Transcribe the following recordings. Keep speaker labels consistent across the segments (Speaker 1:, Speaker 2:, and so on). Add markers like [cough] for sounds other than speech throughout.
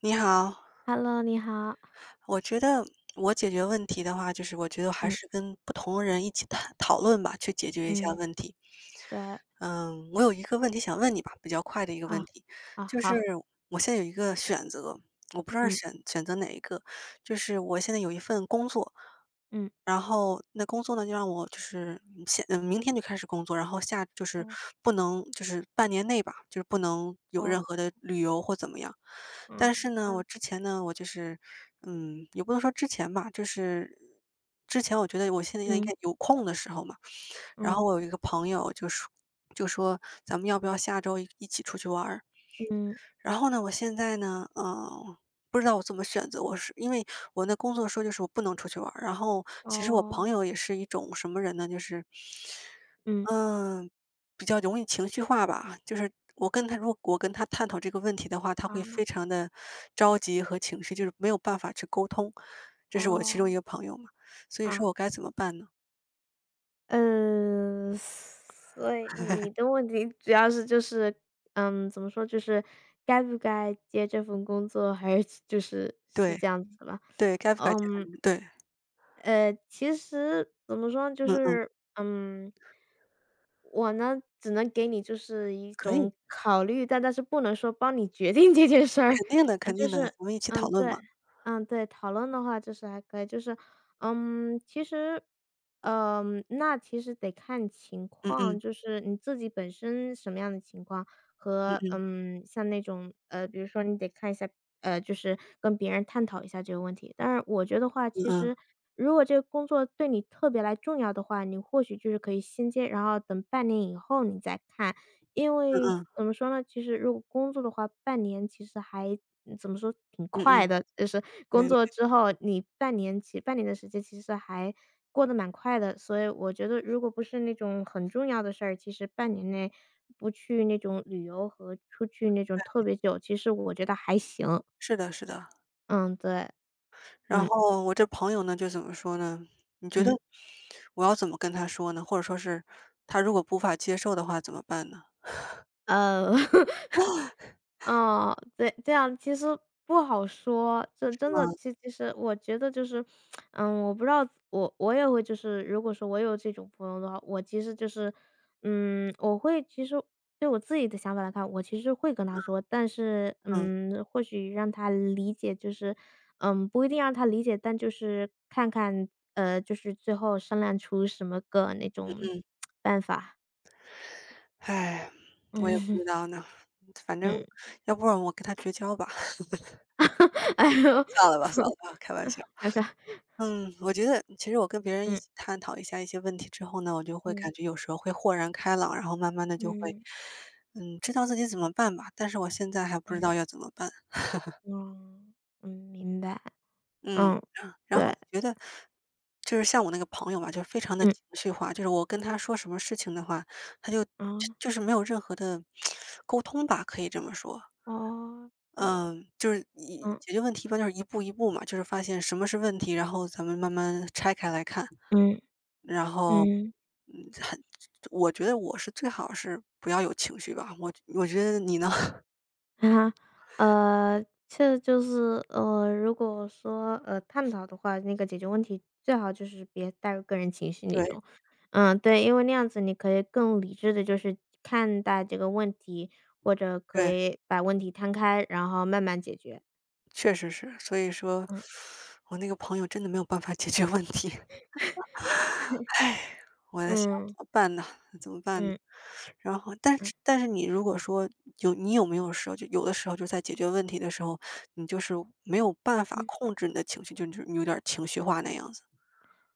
Speaker 1: 你好，
Speaker 2: Hello，你好。
Speaker 1: 我觉得我解决问题的话，就是我觉得还
Speaker 2: 嗯
Speaker 1: 是跟不同人一起谈讨论吧，去解决一下
Speaker 2: 嗯，
Speaker 1: 问题。
Speaker 2: 对。
Speaker 1: 嗯，我有一个问题想问你吧，比较快的一个问
Speaker 2: 啊，
Speaker 1: 题，
Speaker 2: 啊，
Speaker 1: 就是
Speaker 2: 好，
Speaker 1: 我现在有一个选择，我不知道是
Speaker 2: 嗯
Speaker 1: 选择哪一个，就是我现在有一份工作，
Speaker 2: 嗯，
Speaker 1: 然后那工作呢，就让我就是嗯现嗯，明天就开始工作，然后就是
Speaker 2: 哦
Speaker 1: 不能就是半年内吧，就是不能有任
Speaker 2: 哦，
Speaker 1: 何的旅游或怎么样。但是
Speaker 2: 嗯，这
Speaker 1: 呢，
Speaker 2: 样
Speaker 1: 我
Speaker 2: 子。
Speaker 1: 之前呢，我就是也不能说之前吧，就是之前我觉得我现在应
Speaker 2: 嗯。
Speaker 1: 该有空的时候嘛，然后
Speaker 2: 嗯
Speaker 1: 我有一个朋友就说咱们要不要下周一一起出去玩儿？
Speaker 2: 嗯，
Speaker 1: 然后呢，我现在呢，不知道我怎么选择。我是因为我那工作说就是我不能出去玩儿，然后其实我朋
Speaker 2: 哦，
Speaker 1: 友也是一种什么人呢？就是，
Speaker 2: 嗯。
Speaker 1: 嗯，比较容易情绪化吧。就是我跟他，如果我跟他探讨这个问题的话，他
Speaker 2: 啊，
Speaker 1: 会非常的着急和情绪，就是没有办法去沟通。这是我其中
Speaker 2: 哦，
Speaker 1: 一个朋友嘛，所以说
Speaker 2: 啊。
Speaker 1: 我该怎么办呢？
Speaker 2: 嗯，所以你的问题主要是就是，怎么说，就是该不该接这份工作，还是就是是
Speaker 1: 对
Speaker 2: 这样子的吧？
Speaker 1: 对，该不该结
Speaker 2: 嗯。
Speaker 1: 婚？对，
Speaker 2: 其实怎么说，就
Speaker 1: 嗯嗯，
Speaker 2: 是嗯，我呢只能给你就是一
Speaker 1: 可以，
Speaker 2: 种考虑，但是不能说帮你决定这件事儿。
Speaker 1: 肯
Speaker 2: [laughs]
Speaker 1: 定的，
Speaker 2: 啊，
Speaker 1: 肯
Speaker 2: 就
Speaker 1: 定的，
Speaker 2: 是
Speaker 1: 咱们一起讨论
Speaker 2: 对。
Speaker 1: 嘛。
Speaker 2: 嗯，对，讨论的话就是还可以。就是其实，那其实得看情
Speaker 1: 嗯
Speaker 2: 况，
Speaker 1: 嗯
Speaker 2: 就是你自己本身什么样的情况。
Speaker 1: 嗯
Speaker 2: 和
Speaker 1: 嗯
Speaker 2: 像那种比如说你得看一下，就是跟别人探讨一下这个问题。但是我觉得话，
Speaker 1: 嗯
Speaker 2: 其
Speaker 1: 嗯。
Speaker 2: 实如果这个工作对你特别来重要的话，你或许就是可以先接，然后等半年以后你再看。因
Speaker 1: 嗯
Speaker 2: 为
Speaker 1: 嗯，
Speaker 2: 怎么说呢，其实如果工作的话，半年其实还怎么说，挺
Speaker 1: 嗯嗯，
Speaker 2: 快的。就是工
Speaker 1: 对，
Speaker 2: 作之后，你半年的时间其实还过得蛮快的。所以我觉得如果不是那种很重要的事儿，其实半年内不去那种旅游和出去那种特别久，其实我觉得还行。
Speaker 1: 是的是的。
Speaker 2: 嗯，对，
Speaker 1: 然
Speaker 2: 嗯，
Speaker 1: 后我这朋友呢，就怎么说呢？你觉得
Speaker 2: 嗯。
Speaker 1: 我要怎么跟他说呢？或者说是他如果无法接受的话怎么办呢？
Speaker 2: 呃 [laughs] 嗯，对，这样其实不好说。这
Speaker 1: 是
Speaker 2: 真
Speaker 1: 吧？
Speaker 2: 的，其实我觉得就是。嗯，我不知道，我也会就是，如果说我有这种朋友的话，我其实就是，我会其实对我自己的想法来看，我其实会跟他说。但是，
Speaker 1: 嗯
Speaker 2: 或许让他理解，就是，不一定让他理解，但就是看看，就是最后商量出什么个那种
Speaker 1: 嗯，
Speaker 2: 办法。
Speaker 1: 唉，
Speaker 2: [laughs]
Speaker 1: 我也不
Speaker 2: 嗯
Speaker 1: 知道呢。反正
Speaker 2: 嗯。
Speaker 1: 要不然我跟他绝交吧，[laughs]
Speaker 2: [laughs] 哎呦。
Speaker 1: 算了吧算了吧，开玩
Speaker 2: [laughs]
Speaker 1: 笑。
Speaker 2: 哎呀。
Speaker 1: 嗯，我觉得其实我跟别人一
Speaker 2: 嗯。
Speaker 1: 起探讨一下一些问题之后呢，我就会
Speaker 2: 嗯
Speaker 1: 感觉有时候会豁然开朗，然后慢慢的就会，
Speaker 2: 嗯
Speaker 1: 知道自己怎么办吧，但是我现在还不知
Speaker 2: 嗯，
Speaker 1: 道要怎么办。
Speaker 2: 嗯嗯，明白，
Speaker 1: 嗯，
Speaker 2: 嗯，
Speaker 1: 然后
Speaker 2: 对，
Speaker 1: 觉得就是像我那个朋友吧，就是非常的
Speaker 2: 嗯，
Speaker 1: 情绪化，就是我跟他说什么事情的话，他就
Speaker 2: 哦
Speaker 1: 就是没有任何的沟通吧，可以这么说。
Speaker 2: 哦，嗯
Speaker 1: 嗯，就是一
Speaker 2: 嗯
Speaker 1: 解决问题一般就是一步一步嘛，就是发现什么是问题，然后咱们慢慢拆开来看。
Speaker 2: 嗯
Speaker 1: 然后，
Speaker 2: 嗯，
Speaker 1: 嗯，很我觉得我是最好是不要有情绪吧，我觉得你呢？[laughs]
Speaker 2: 哈哈。这就是如果说探讨的话，那个解决问题最好就是别带入个人情绪那
Speaker 1: 对
Speaker 2: 种。嗯，对，因为那样子你可以更理智的，就是看待这个问题，或者可
Speaker 1: 对，
Speaker 2: 以把问题摊开，然后慢慢解决。
Speaker 1: 确实是，所以说
Speaker 2: 嗯
Speaker 1: 我那个朋友真的没有办法解决问题。我在想
Speaker 2: 嗯
Speaker 1: 怎么办呢？怎么办呢？
Speaker 2: 嗯嗯
Speaker 1: 然后，但
Speaker 2: 嗯。
Speaker 1: 是但是你如果说你有没有时候，就有的时候就在解决问题的时候，你就是没有办法控制你的情绪，就是你有点儿情绪化那样子。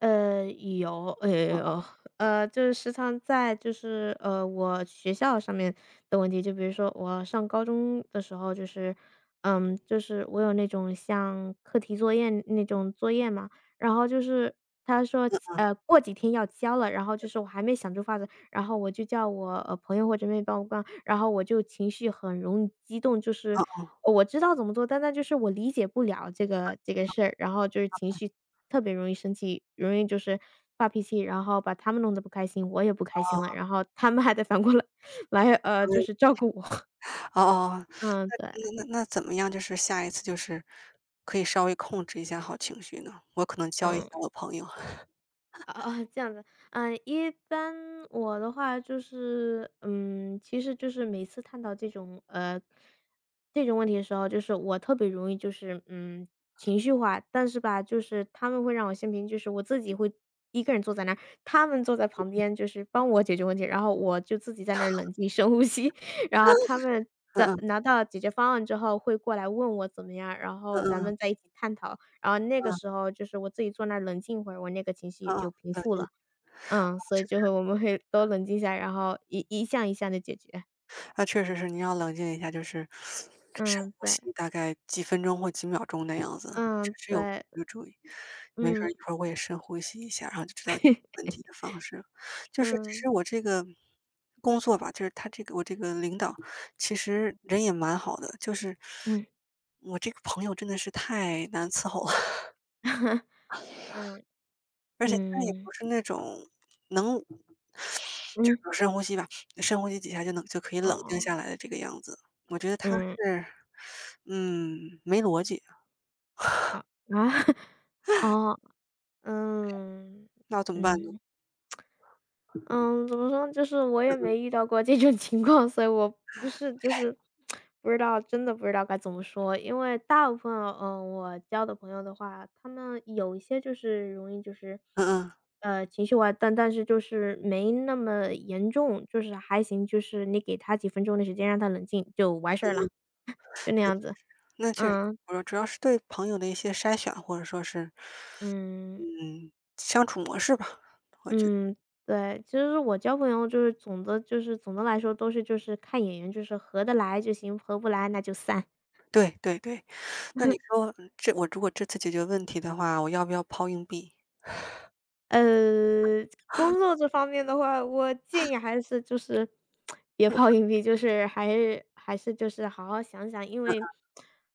Speaker 2: 有，就是时常在就是我学校上面的问题。就比如说我上高中的时候，就是，就是我有那种像课题作业那种作业嘛，然后就是他说
Speaker 1: 嗯，
Speaker 2: 过几天要交了，然后就是我还没想出法子，然后我就叫我，朋友或者妹妹帮我逛，然后我就情绪很容易激动。就是
Speaker 1: 哦哦
Speaker 2: 我知道怎么做，但那就是我理解不了这个事儿。然后就是情绪特别容易生气，容易就是发脾气，然后把他们弄得不开心，我也不开心了，然后他们还得反过来 [laughs] 来，就是照顾我。[laughs]
Speaker 1: 哦，哦哦，
Speaker 2: 嗯，对，
Speaker 1: 那怎么样？就是下一次就是可以稍微控制一下好情绪呢？我可能教一下
Speaker 2: 嗯。
Speaker 1: 我朋友。
Speaker 2: 啊啊，这样子，嗯，一般我的话就是，其实就是每次探讨这种这种问题的时候，就是我特别容易就是情绪化。但是吧，就是他们会让我先平，就是我自己会一个人坐在那儿，他们坐在旁边就是帮我解决问题，然后我就自己在那儿冷静深呼吸。[laughs] 然后他们
Speaker 1: 嗯
Speaker 2: 在
Speaker 1: 嗯
Speaker 2: 拿到解决方案之后会过来问我怎么样，然后
Speaker 1: 嗯
Speaker 2: 咱
Speaker 1: 嗯
Speaker 2: 们在
Speaker 1: 嗯
Speaker 2: 一起探讨。然后那个时候就是我自己坐那儿冷静一会儿，我那个情绪也
Speaker 1: 嗯
Speaker 2: 就平
Speaker 1: 嗯，
Speaker 2: 复
Speaker 1: 嗯，
Speaker 2: 了。嗯，所以就会我们会都冷静下来，然后一项一项的解决。
Speaker 1: 那确实是，你要冷静一下，就是深
Speaker 2: 嗯，
Speaker 1: 呼
Speaker 2: 对，
Speaker 1: 吸，大概几分钟或几秒钟的样子，确
Speaker 2: 嗯，
Speaker 1: 实有
Speaker 2: 对，
Speaker 1: 有注意。没准
Speaker 2: 嗯，
Speaker 1: 儿一会儿我也深呼吸一下，然后就知道问题的方式了。就是其
Speaker 2: 嗯，
Speaker 1: 实我这个工作吧，就是他这个我这个领导，其实人也蛮好的，就是
Speaker 2: 嗯
Speaker 1: 我这个朋友真的是太难伺候了，[laughs]
Speaker 2: [laughs]，嗯，
Speaker 1: 而且他也
Speaker 2: 嗯，
Speaker 1: 不是那种能就
Speaker 2: 嗯，
Speaker 1: 是深呼吸吧，深呼吸几下就可以冷静
Speaker 2: 哦，
Speaker 1: 下来的这个样子。我觉得他
Speaker 2: 嗯，
Speaker 1: 是，没逻辑，
Speaker 2: 哦，啊，[laughs] 哦，嗯，
Speaker 1: 那怎么办呢？
Speaker 2: 嗯。嗯，怎么说呢就是我也没遇到过这种情况，所以我不是就是不知道，真的不知道该怎么说。因为大部分，我交的朋友的话，他们有一些就是容易就是，
Speaker 1: 嗯嗯，
Speaker 2: 情绪化，但是就是没那么严重，就是还行，就是你给他几分钟的时间让他冷静就完事儿了。[laughs] 就那样子。
Speaker 1: 那确实，
Speaker 2: 嗯
Speaker 1: 我说主要是对朋友的一些筛选，或者说是，
Speaker 2: 嗯。
Speaker 1: 嗯，相处模式吧，我觉得
Speaker 2: 嗯，对，其实我交朋友总的来说都是就是看眼缘，就是合得来就行，合不来那就散。
Speaker 1: 对对对。那你说这我如果这次解决问题的话，我要不要抛硬币？
Speaker 2: 呃，工作这方面的话，我建议还是就是别抛硬币，就是还是就是好好想想。因为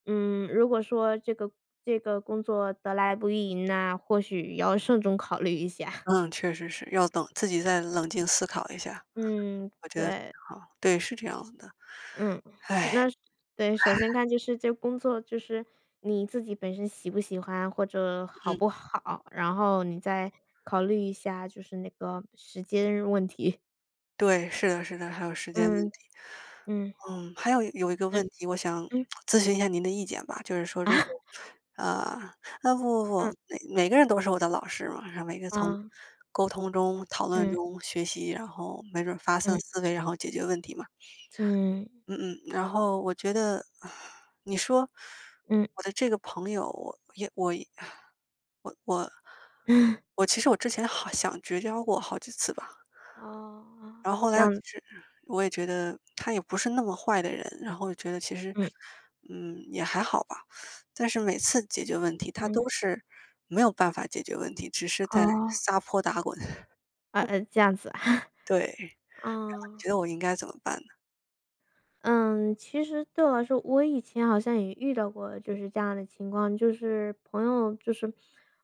Speaker 2: 如果说这个工作得来不易，那或许要慎重考虑一下。[laughs]
Speaker 1: 嗯，确实是要等自己再冷静思考一下，
Speaker 2: 嗯，
Speaker 1: 我觉得非
Speaker 2: 对。
Speaker 1: 常好。对，是这样子的。
Speaker 2: 嗯，
Speaker 1: 唉，
Speaker 2: 那是对。首先看就是这工作就是你自己本身喜不喜欢或者好
Speaker 1: 嗯，
Speaker 2: 不好，然后你再考虑一下就是那个时间问题。
Speaker 1: 对，是的，是的，还有时间问
Speaker 2: 嗯
Speaker 1: 题。
Speaker 2: 嗯
Speaker 1: 嗯，还有一个
Speaker 2: 嗯
Speaker 1: 问题，我想
Speaker 2: 嗯
Speaker 1: 咨询一下您的意见吧，就是说如
Speaker 2: 啊
Speaker 1: 果啊，啊，不不不，
Speaker 2: 嗯
Speaker 1: 每个人都是我的老师嘛，然后每个从
Speaker 2: 啊
Speaker 1: 沟通中、讨论
Speaker 2: 嗯
Speaker 1: 中学习，然后没准发散
Speaker 2: 嗯
Speaker 1: 思维，然后解决问题嘛。
Speaker 2: 嗯
Speaker 1: 嗯嗯，然后我觉得你说
Speaker 2: 嗯
Speaker 1: 我的这个朋友，我我
Speaker 2: [laughs]
Speaker 1: 我其实我之前好想绝交过好几次吧。
Speaker 2: 哦，
Speaker 1: 然后后
Speaker 2: 这
Speaker 1: 来其
Speaker 2: 样，
Speaker 1: 实我也觉得他也不是那么坏的人，然后我觉得其实，
Speaker 2: 嗯
Speaker 1: 也还好吧。但是每次解决问题，他
Speaker 2: 嗯。
Speaker 1: 都是没有办法解决问题，只是在
Speaker 2: 哦，
Speaker 1: 撒泼打滚。[laughs]
Speaker 2: 啊，这样子啊。[laughs]
Speaker 1: 对，你
Speaker 2: 嗯。
Speaker 1: 觉得我应该怎么办呢？
Speaker 2: 嗯，其实对我来说，我以前好像也遇到过就是这样的情况，就是朋友就是，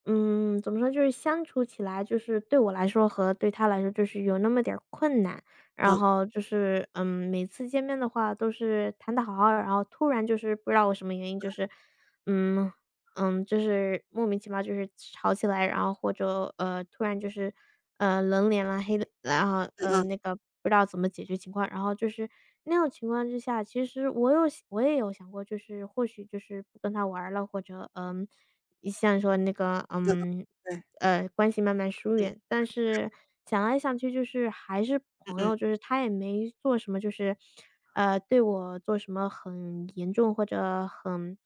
Speaker 2: 怎么说，就是相处起来，就是对我来说和对他来说，就是有那么点儿困难。然
Speaker 1: 嗯
Speaker 2: 后就是，每次见面的话都是谈的好好的，然后突然就是不知道我什么原因，就是，嗯，就是莫名其妙就是吵起来。然后或者，突然就是，冷脸了，黑脸然后，
Speaker 1: 嗯嗯
Speaker 2: 那个不知道怎么解决情况。然后就是那种情况之下，其实我也有想过，就是或许就是不跟他玩儿了，或者，嗯，你像说那个，
Speaker 1: 嗯，
Speaker 2: 嗯，
Speaker 1: 对，
Speaker 2: 关系慢慢疏远。
Speaker 1: 嗯
Speaker 2: 但是想来想去就是还是
Speaker 1: 嗯
Speaker 2: 朋
Speaker 1: 嗯，
Speaker 2: 友，就是他也没做什么，就是，对我做什么很严重或者很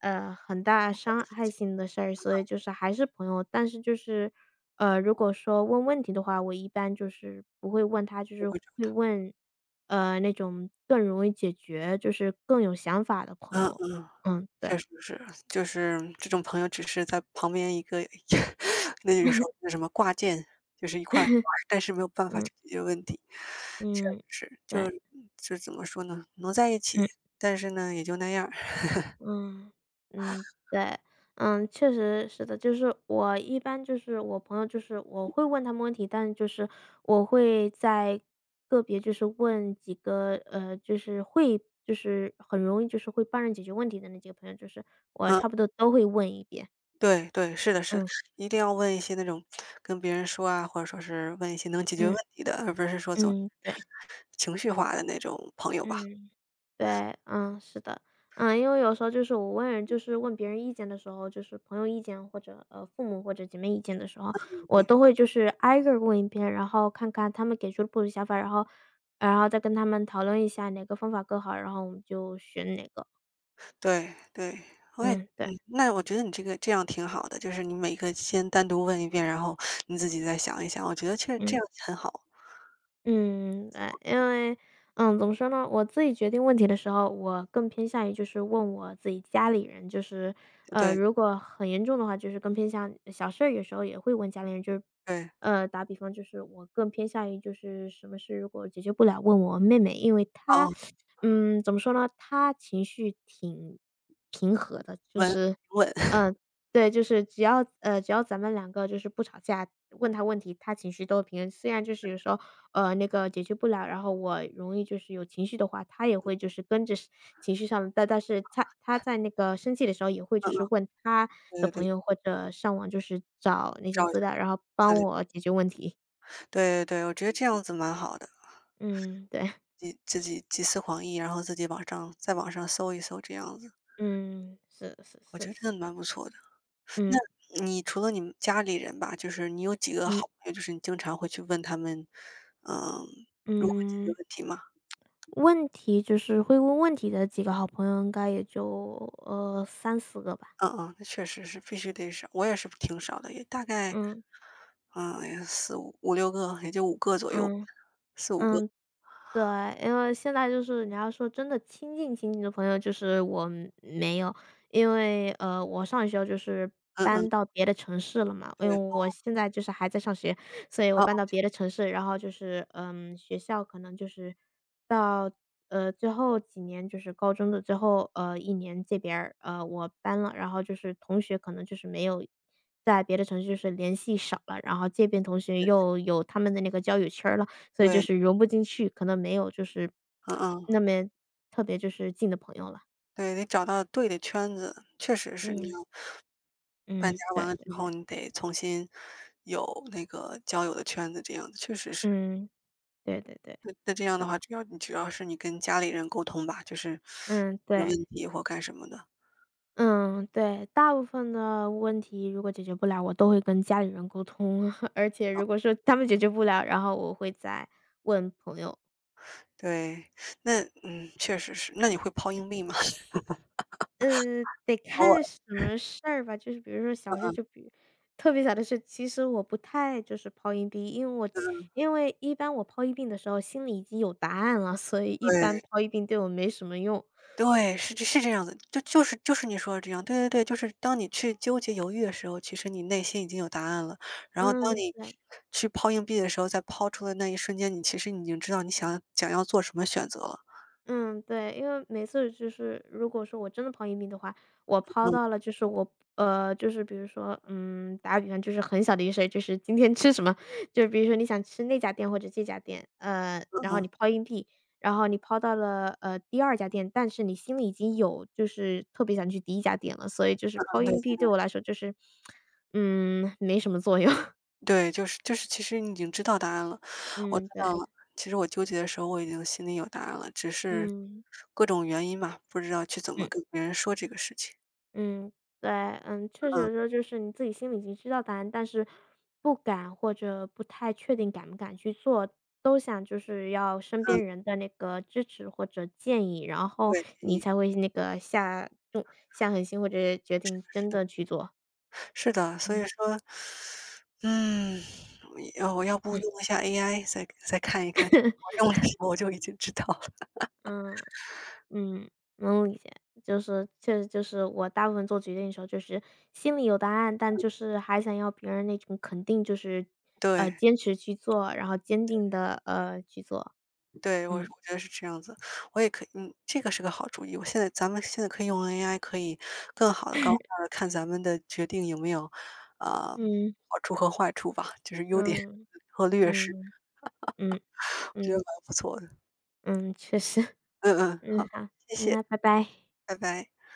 Speaker 2: 很大
Speaker 1: 好的
Speaker 2: 伤
Speaker 1: 事
Speaker 2: 害
Speaker 1: 情，
Speaker 2: 性的事儿，所以就是还是朋友。但是就是，如果说问问题的话，我一般就是不会问他，就
Speaker 1: 我
Speaker 2: 是
Speaker 1: 会
Speaker 2: 会
Speaker 1: 找。
Speaker 2: 问，那种更容易解决，就是更有想法的朋
Speaker 1: 嗯
Speaker 2: 友。
Speaker 1: 嗯。
Speaker 2: 嗯，对，
Speaker 1: 确实是，就是这种朋友只是在旁边一个 [laughs] 那有时候那什么挂件，就是一块儿挂
Speaker 2: [laughs]
Speaker 1: 但是没有办法
Speaker 2: 嗯
Speaker 1: 去解决问题。确实
Speaker 2: 嗯，
Speaker 1: 是，
Speaker 2: 对，
Speaker 1: 就怎么说呢，能在一起，
Speaker 2: 嗯。
Speaker 1: 但是呢也就那样儿。
Speaker 2: 嗯。嗯。对，嗯，确实是的。就是我一般就是我朋友就是我会问他们问题，但就是我会在个别就是问几个，就是会就是很容易就是会帮人解决问题的那几个朋友，就是我
Speaker 1: 嗯，
Speaker 2: 差不多都会问一遍。
Speaker 1: 对对，是的是，
Speaker 2: 嗯，
Speaker 1: 一定要问一些那种跟别人说啊，或者说是问一些能解决问
Speaker 2: 嗯，
Speaker 1: 题的，而不是说总是
Speaker 2: 嗯，对，
Speaker 1: 情绪化的那种朋友吧。
Speaker 2: 嗯。对，嗯，是的，因为有时候就是我问人，就是问别人意见的时候，就是朋友意见或者父母或者姐妹意见的时候，我
Speaker 1: 对。
Speaker 2: 都会就是挨个儿问一遍，然后看看他们给出的不同想法，然后再跟他们讨论一下哪个方法更好，然后我们就选哪个。
Speaker 1: 对对，我也
Speaker 2: 嗯，对，
Speaker 1: 那我觉得你这个这样挺好的，就是你每个先单独问一遍，然后你自己再想一想，我觉得其实这
Speaker 2: 嗯。
Speaker 1: 样很好。
Speaker 2: 嗯，对，因为，怎么说呢，我自己决定问题的时候，我更偏向于就是问我自己家里人，就是，
Speaker 1: 对
Speaker 2: 如果很严重的话，就是更偏向小事儿，有时候也会问家里人，就是，
Speaker 1: 对，
Speaker 2: 打比方就是我更偏向于就是什么事如果解决不了，问我妹妹，因为她，
Speaker 1: 哦，
Speaker 2: 怎么说呢，她情绪挺平和的，就
Speaker 1: 稳
Speaker 2: 是，
Speaker 1: 稳，[laughs]
Speaker 2: 嗯，对，就是只要咱们两个就是不吵架，问他问题，他情绪都会平衡虽然就是有时候，那个解决不了，然后我容易就是有情绪的话，他也会就是跟着是情绪上，但是他在那个生气的时候，也会就
Speaker 1: 嗯，
Speaker 2: 是问他
Speaker 1: 对
Speaker 2: 的
Speaker 1: 对
Speaker 2: 朋
Speaker 1: 对，
Speaker 2: 友或者上网就是找那些
Speaker 1: 找一
Speaker 2: 资
Speaker 1: 下
Speaker 2: 料，然后
Speaker 1: 资
Speaker 2: 帮
Speaker 1: 料，
Speaker 2: 我解决问题。
Speaker 1: 对对对，我觉得这样子蛮好的，
Speaker 2: 嗯，对，
Speaker 1: 你自己集思广益，然后自己在网上搜一搜这样子，
Speaker 2: 嗯，是是
Speaker 1: 我觉
Speaker 2: 是
Speaker 1: 得真
Speaker 2: 是，
Speaker 1: 的蛮不错的。那
Speaker 2: 嗯
Speaker 1: 你除了你们家里人吧，就是你有几个
Speaker 2: 嗯
Speaker 1: 好朋友，就是你经常会去问他们，嗯，如何解决
Speaker 2: 嗯，
Speaker 1: 问题吗？
Speaker 2: 问题就是会问问题的几个好朋友，应该也就三四个吧。
Speaker 1: 嗯嗯，那确实是必须得少，我也是挺少的，也大概，
Speaker 2: 嗯
Speaker 1: 也四五五六个，也就五个左右吧
Speaker 2: 嗯
Speaker 1: 四五个，
Speaker 2: 嗯，对，因为现在就是你要说真的亲近的朋友，就是我没有，因为我上学就是
Speaker 1: 嗯嗯，
Speaker 2: 搬到别的城市了嘛，因为
Speaker 1: 对，
Speaker 2: 我现在就是还在上学，所以我
Speaker 1: 哦，
Speaker 2: 搬到别的城市，然后就是嗯，学校可能就是到最后几年，就是高中的最后一年这边儿我搬了，然后就是同学可能就是没有在别的城市就是联系少了，然后这边同学又有他们的那个交友圈儿了。所以就
Speaker 1: 对，
Speaker 2: 是融不进去，可能没有就是
Speaker 1: 嗯嗯，
Speaker 2: 那么特别就是近的朋友了。
Speaker 1: 对，得找到对的圈子，确实是你
Speaker 2: 嗯，
Speaker 1: 要搬
Speaker 2: 嗯，
Speaker 1: 家完
Speaker 2: 对，
Speaker 1: 了之后，你得重新有那个交友的圈子，这样子确实是。
Speaker 2: 嗯，对对对，
Speaker 1: 那这
Speaker 2: 是
Speaker 1: 样的
Speaker 2: 的，
Speaker 1: 话，主要是你跟家里人沟通吧，就是
Speaker 2: 嗯，
Speaker 1: 有
Speaker 2: 对，
Speaker 1: 问题或干什么的，
Speaker 2: 嗯，对，大部分的问题如果解决不了，我都会跟家里人沟通，[laughs] 而且如果说他们解决不了，然后我会再问朋友。
Speaker 1: 对，那嗯，确实是，那你会抛硬币吗？[laughs]
Speaker 2: 得
Speaker 1: 偶
Speaker 2: 看
Speaker 1: 尔，
Speaker 2: 什么事儿吧，就是比如说小事，特别小的事，其实我不太就是抛硬币，因为我
Speaker 1: 嗯，
Speaker 2: 因为一般我抛硬币的时候心里已经有答案了，所以一般
Speaker 1: 对。
Speaker 2: 抛硬币对我没什么用。
Speaker 1: 对，是这是这样的，就是你说的这样，对对对，就是当你去纠结犹豫的时候，其实你内心已经有答案了。然后当
Speaker 2: 嗯，
Speaker 1: 你
Speaker 2: 对。
Speaker 1: 去抛硬币的时候，在抛出的那一瞬间，你其实已经知道你想要做什么选择了。
Speaker 2: 嗯，对，因为每次就是如果说我真的抛硬币的话，我抛
Speaker 1: 嗯
Speaker 2: 到了就是就是比如说，嗯，打个比方，就是很小的一些，就是今天吃什么，就比如说你想吃那家店或者这家店，
Speaker 1: 嗯
Speaker 2: 然后你
Speaker 1: 嗯
Speaker 2: 抛硬币，然后你抛到了第二家店，但是你心里已经有就是特别想去第一家店了，所以就是抛
Speaker 1: 嗯，对
Speaker 2: 硬币对我来说就是，嗯，没什么作用。[laughs]
Speaker 1: 对，就是其实你已经知道答案了，我知
Speaker 2: 嗯，对，
Speaker 1: 道了。其实我纠结的时候，我已经心里有答案了，只是
Speaker 2: 嗯
Speaker 1: 各种原因嘛，不知道去怎么
Speaker 2: 嗯。
Speaker 1: 跟别人说这个事情。
Speaker 2: 嗯，对，嗯，确实
Speaker 1: 嗯
Speaker 2: 有时候就是你自己心里已经知道答案，但是不敢或者不太确定敢不敢去做，都想就是要身边
Speaker 1: 嗯，
Speaker 2: 人的那个支持或者建议，然后
Speaker 1: 对，
Speaker 2: 你
Speaker 1: 你
Speaker 2: 才会那个下狠心或者决定真的去做。
Speaker 1: 是的，所以
Speaker 2: 嗯
Speaker 1: 说嗯，我要不
Speaker 2: 嗯
Speaker 1: 用一下 AI 再看一看，
Speaker 2: [laughs]
Speaker 1: 我用的时候我就已经知道了。[laughs]
Speaker 2: 嗯。嗯，能理解，就是确实就是我大部分做决定的时候，就是心里有答案，但就是还想要别人那种肯定，就是
Speaker 1: 对，
Speaker 2: 坚持去做，然后坚定的去做。
Speaker 1: 对，我
Speaker 2: 嗯
Speaker 1: 觉得是这样子。我也可以这个是个好主意。我现在咱们现在可以用 AI 可以更好的高效的看咱们的决定有没有，啊
Speaker 2: 嗯
Speaker 1: 好处和坏处吧，就是优点
Speaker 2: 嗯
Speaker 1: 和劣势，
Speaker 2: 嗯嗯
Speaker 1: 我觉得
Speaker 2: 嗯
Speaker 1: 蛮不错的。
Speaker 2: 嗯，确实，[laughs]
Speaker 1: 嗯嗯，
Speaker 2: 嗯
Speaker 1: 好，
Speaker 2: 好，
Speaker 1: 谢谢，
Speaker 2: 那拜拜。
Speaker 1: 拜拜。